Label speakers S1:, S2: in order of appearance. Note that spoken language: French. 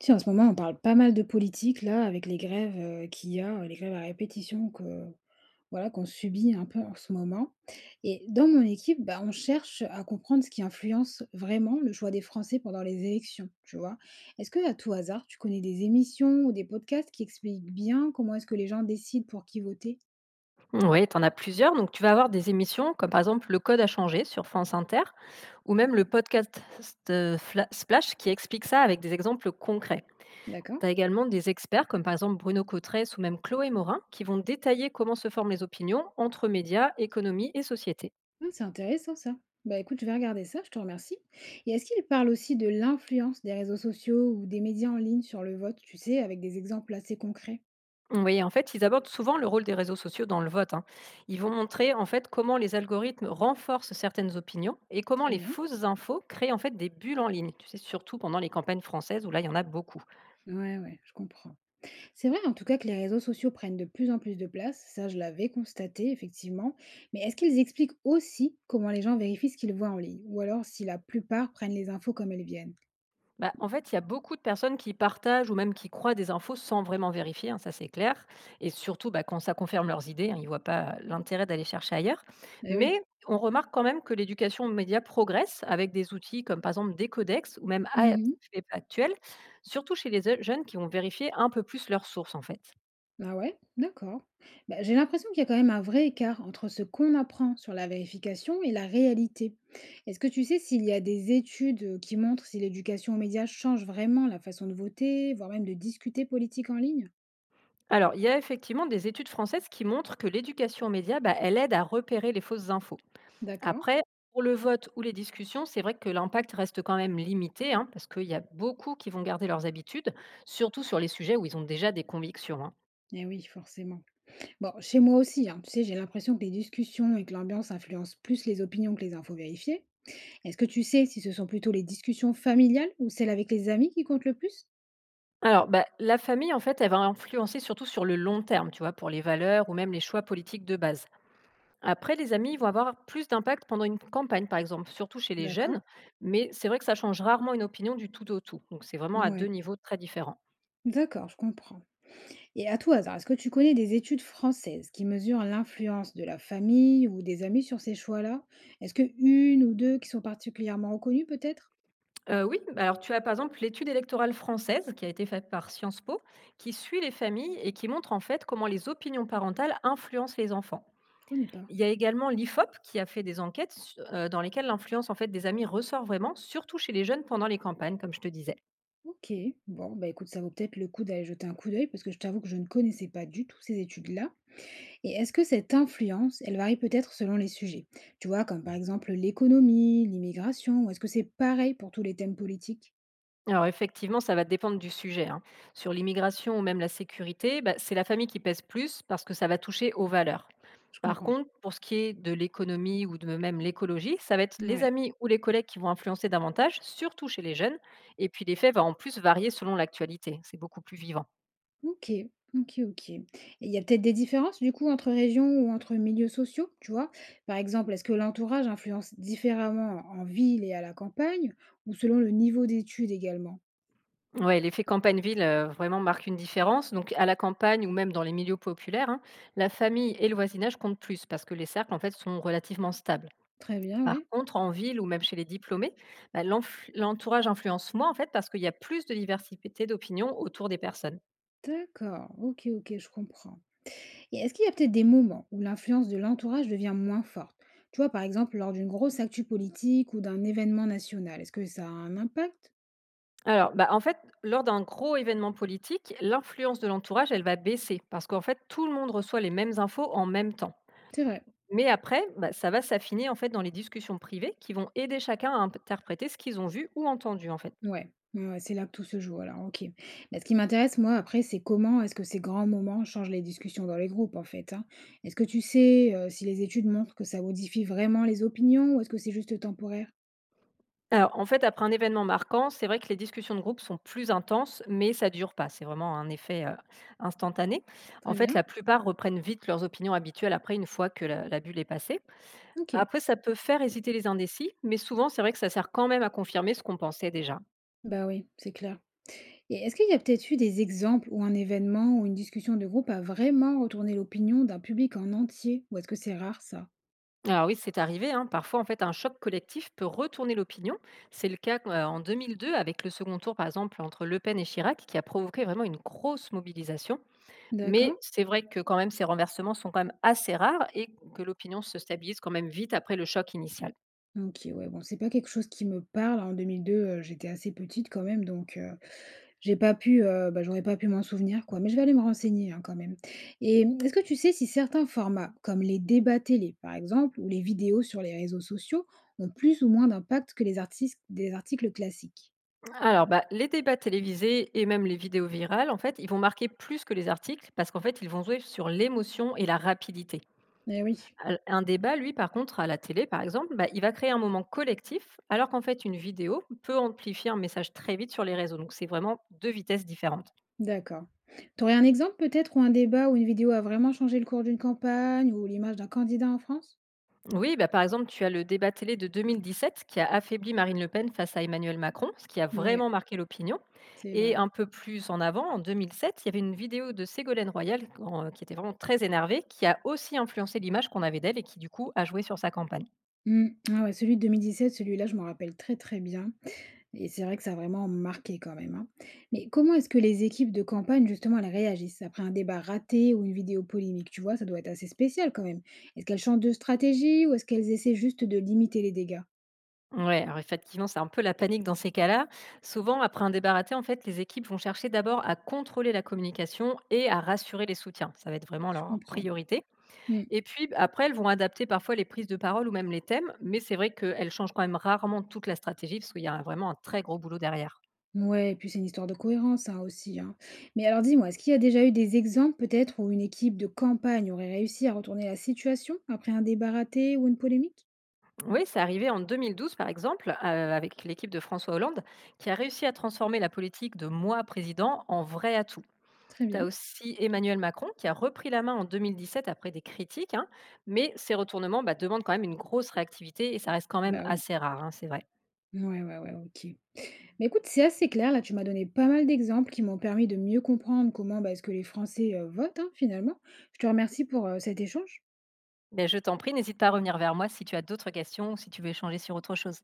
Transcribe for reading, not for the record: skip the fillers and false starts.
S1: Tu sais, en ce moment, on parle pas mal de politique, là, avec les grèves, qu'il y a, les grèves à répétition que voilà, qu'on subit un peu en ce moment. Et dans mon équipe, bah, on cherche à comprendre ce qui influence vraiment le choix des Français pendant les élections, tu vois? Est-ce que à tout hasard, tu connais des émissions ou des podcasts qui expliquent bien comment est-ce que les gens décident pour qui voter?
S2: Oui, tu en as plusieurs. Donc, tu vas avoir des émissions comme par exemple Le Code a changé sur France Inter ou même le podcast Splash qui explique ça avec des exemples concrets.
S1: D'accord.
S2: Tu as également des experts comme par exemple Bruno Cotresse ou même Chloé Morin qui vont détailler comment se forment les opinions entre médias, économie et société.
S1: Ah, c'est intéressant ça. Bah écoute, je vais regarder ça, je te remercie. Et est-ce qu'il parle aussi de l'influence des réseaux sociaux ou des médias en ligne sur le vote, tu sais, avec des exemples assez concrets?
S2: Oui, en fait, ils abordent souvent le rôle des réseaux sociaux dans le vote, hein. Ils vont montrer en fait comment les algorithmes renforcent certaines opinions et comment
S1: Très
S2: les
S1: bien.
S2: fausses infos créent en fait des bulles en ligne. Tu sais, surtout pendant les campagnes françaises où là, il y en a beaucoup.
S1: Ouais, ouais, je comprends. C'est vrai en tout cas que les réseaux sociaux prennent de plus en plus de place, ça je l'avais constaté effectivement, mais est-ce qu'ils expliquent aussi comment les gens vérifient ce qu'ils voient en ligne, ou alors si la plupart prennent les infos comme elles viennent?
S2: Bah, en fait, il y a beaucoup de personnes qui partagent ou même qui croient des infos sans vraiment vérifier, hein, ça c'est clair. Et surtout, bah, quand ça confirme leurs idées, hein, ils ne voient pas l'intérêt d'aller chercher ailleurs.
S1: Eh
S2: Mais on remarque quand même que l'éducation aux médias progresse avec des outils comme par exemple des codex ou même AF
S1: oui.
S2: actuel, surtout chez les jeunes qui vont vérifier un peu plus leurs sources en fait.
S1: Ah ouais? D'accord. Bah, j'ai l'impression qu'il y a quand même un vrai écart entre ce qu'on apprend sur la vérification et la réalité. Est-ce que tu sais s'il y a des études qui montrent si l'éducation aux médias change vraiment la façon de voter, voire même de discuter politique en ligne?
S2: Alors, il y a effectivement des études françaises qui montrent que l'éducation aux médias, bah, elle aide à repérer les fausses infos.
S1: D'accord.
S2: Après, pour le vote ou les discussions, c'est vrai que l'impact reste quand même limité, hein, parce qu'il y a beaucoup qui vont garder leurs habitudes, surtout sur les sujets où ils ont déjà des convictions, hein.
S1: Eh oui, forcément. Bon, chez moi aussi, hein, tu sais, j'ai l'impression que les discussions et que l'ambiance influencent plus les opinions que les infos vérifiées. Est-ce que tu sais si ce sont plutôt les discussions familiales ou celles avec les amis qui comptent le plus?
S2: Alors, bah, la famille, en fait, elle va influencer surtout sur le long terme, tu vois, pour les valeurs ou même les choix politiques de base. Après, les amis vont avoir plus d'impact pendant une campagne, par exemple, surtout chez les
S1: D'accord.
S2: jeunes, mais c'est vrai que ça change rarement une opinion du tout au tout. Donc, c'est vraiment à deux
S1: Ouais.
S2: niveaux très différents.
S1: D'accord, je comprends. Et à tout hasard, est-ce que tu connais des études françaises qui mesurent l'influence de la famille ou des amis sur ces choix-là? Est-ce que une ou deux qui sont particulièrement reconnues peut-être?
S2: Oui, bah, alors tu as par exemple l'étude électorale française qui a été faite par Sciences Po, qui suit les familles et qui montre en fait comment les opinions parentales influencent les enfants.
S1: Je connais pas.
S2: Il y a également l'IFOP qui a fait des enquêtes s dans lesquelles l'influence en fait des amis ressort vraiment, surtout chez les jeunes pendant les campagnes, comme je te disais.
S1: Ok, bon, bah écoute, ça vaut peut-être le coup d'aller jeter un coup d'œil parce que je t'avoue que je ne connaissais pas du tout ces études-là. Et est-ce que cette influence, elle varie peut-être selon les sujets? Tu vois, comme par exemple l'économie, l'immigration, ou est-ce que c'est pareil pour tous les thèmes politiques?
S2: Alors effectivement, ça va dépendre du sujet, hein. Sur l'immigration ou même la sécurité, bah, c'est la famille qui pèse plus parce que ça va toucher aux valeurs.
S1: Je
S2: Par
S1: comprends.
S2: contre, pour ce qui est de l'économie ou de même l'écologie, ça va être les
S1: Ouais.
S2: amis ou les collègues qui vont influencer davantage, surtout chez les jeunes. Et puis l'effet va en plus varier selon l'actualité. C'est beaucoup plus vivant.
S1: OK. OK, OK. Et il y a peut-être des différences du coup entre régions ou entre milieux sociaux, tu vois? Par exemple, est-ce que l'entourage influence différemment en ville et à la campagne ou selon le niveau d'études également?
S2: Ouais, l'effet campagne-ville vraiment marque une différence. Donc à la campagne ou même dans les milieux populaires, hein, la famille et le voisinage comptent plus parce que les cercles en fait sont relativement stables.
S1: Très bien,
S2: Par
S1: ouais.
S2: contre, en ville ou même chez les diplômés, bah, l'entourage influence moins en fait parce qu'il y a plus de diversité d'opinions autour des personnes.
S1: D'accord. OK, OK, je comprends. Et est-ce qu'il y a peut-être des moments où l'influence de l'entourage devient moins forte? Tu vois, par exemple, lors d'une grosse actu politique ou d'un événement national, est-ce que ça a un impact?
S2: Alors, bah, en fait, lors d'un gros événement politique, l'influence de l'entourage, elle va baisser parce qu'en fait, tout le monde reçoit les mêmes infos en même temps.
S1: C'est vrai.
S2: Mais après, bah, ça va s'affiner en fait dans les discussions privées qui vont aider chacun à interpréter ce qu'ils ont vu ou entendu en fait.
S1: Ouais, ouais, ouais, c'est là que tout se joue alors, OK. Mais ce qui m'intéresse moi après, c'est comment est-ce que ces grands moments changent les discussions dans les groupes en fait, hein? Est-ce que tu sais, si les études montrent que ça modifie vraiment les opinions ou est-ce que c'est juste temporaire?
S2: Alors, en fait, après un événement marquant, c'est vrai que les discussions de groupe sont plus intenses, mais ça dure pas. C'est vraiment un effet instantané. En
S1: Très
S2: fait,
S1: bien,
S2: la plupart reprennent vite leurs opinions habituelles après, une fois que la bulle est passée.
S1: OK.
S2: Après, ça peut faire hésiter les indécis, mais souvent, c'est vrai que ça sert quand même à confirmer ce qu'on pensait déjà.
S1: Bah oui, c'est clair. Et est-ce qu'il y a peut-être eu des exemples où un événement ou une discussion de groupe a vraiment retourné l'opinion d'un public en entier? Ou est-ce que c'est rare ça?
S2: Alors oui, c'est arrivé, hein. Parfois, en fait, un choc collectif peut retourner l'opinion. C'est le cas en 2002 avec le second tour, par exemple, entre Le Pen et Chirac, qui a provoqué vraiment une grosse mobilisation. Mais
S1: D'accord.
S2: c'est vrai que quand même ces renversements sont quand même assez rares et que l'opinion se stabilise quand même vite après le choc initial.
S1: OK, ouais, bon, c'est pas quelque chose qui me parle. En 2002, j'étais assez petite quand même donc j'ai pas pu, bah, j'aurais pas pu m'en souvenir quoi, mais je vais aller me renseigner, hein, quand même. Et mmh, est-ce que tu sais si certains formats, comme les débats télé par exemple ou les vidéos sur les réseaux sociaux, ont plus ou moins d'impact que les artistes des articles classiques?
S2: Alors bah, les débats télévisés et même les vidéos virales, en fait, ils vont marquer plus que les articles parce qu'en fait, ils vont jouer sur l'émotion et la rapidité.
S1: Eh oui,
S2: Un débat, lui, par contre, à la télé, par exemple, bah, il va créer un moment collectif, alors qu'en fait, une vidéo peut amplifier un message très vite sur les réseaux. Donc, c'est vraiment deux vitesses différentes.
S1: d'accord. T'aurais un exemple peut-être où un débat ou une vidéo a vraiment changé le cours d'une campagne ou l'image d'un candidat en France?
S2: Oui, bah, par exemple, tu as le débat télé de 2017 qui a affaibli Marine Le Pen face à Emmanuel Macron, ce qui a
S1: Ouais,
S2: vraiment marqué l'opinion.
S1: c'est
S2: Et
S1: vrai.
S2: un peu plus en avant, en 2007, il y avait une vidéo de Ségolène Royal qui était vraiment très énervée, qui a aussi influencé l'image qu'on avait d'elle et qui, du coup, a joué sur sa campagne.
S1: Mmh, ah ouais, celui de 2017, celui-là, je m'en rappelle très, très bien. Et c'est vrai que ça a vraiment marqué quand même, hein. Mais comment est-ce que les équipes de campagne, justement, elles réagissent après un débat raté ou une vidéo polémique? Tu vois, ça doit être assez spécial quand même. Est-ce qu'elles changent de stratégie ou est-ce qu'elles essaient juste de limiter les dégâts?
S2: Ouais, alors effectivement, c'est un peu la panique dans ces cas-là. Souvent, après un débat raté, en fait, les équipes vont chercher d'abord à contrôler la communication et à rassurer les soutiens. Ça va être vraiment
S1: Je
S2: leur
S1: comprends.
S2: priorité.
S1: Hmm.
S2: Et puis après, elles vont adapter parfois les prises de parole ou même les thèmes, mais c'est vrai qu'elles changent quand même rarement toute la stratégie parce qu'il y a un vraiment un très gros boulot derrière.
S1: Ouais, et puis c'est une histoire de cohérence, hein, aussi, hein. Mais alors dis-moi, est-ce qu'il y a déjà eu des exemples peut-être où une équipe de campagne aurait réussi à retourner la situation après un débat raté ou une polémique?
S2: Oui, c'est arrivé en 2012 par exemple, avec l'équipe de François Hollande qui a réussi à transformer la politique de «moi président» en vrai atout.
S1: Très
S2: Tu as
S1: bien.
S2: aussi Emmanuel Macron qui a repris la main en 2017 après des critiques, hein, mais ces retournements, bah, demandent quand même une grosse réactivité et ça reste quand même
S1: Bah oui.
S2: assez rare, hein, c'est vrai.
S1: Ouais, ouais, ouais, ok. Mais écoute, c'est assez clair. Là, tu m'as donné pas mal d'exemples qui m'ont permis de mieux comprendre comment bah, est-ce que les Français votent hein, finalement. Je te remercie pour cet échange.
S2: Mais je t'en prie, n'hésite pas à revenir vers moi si tu as d'autres questions ou si tu veux échanger sur autre chose.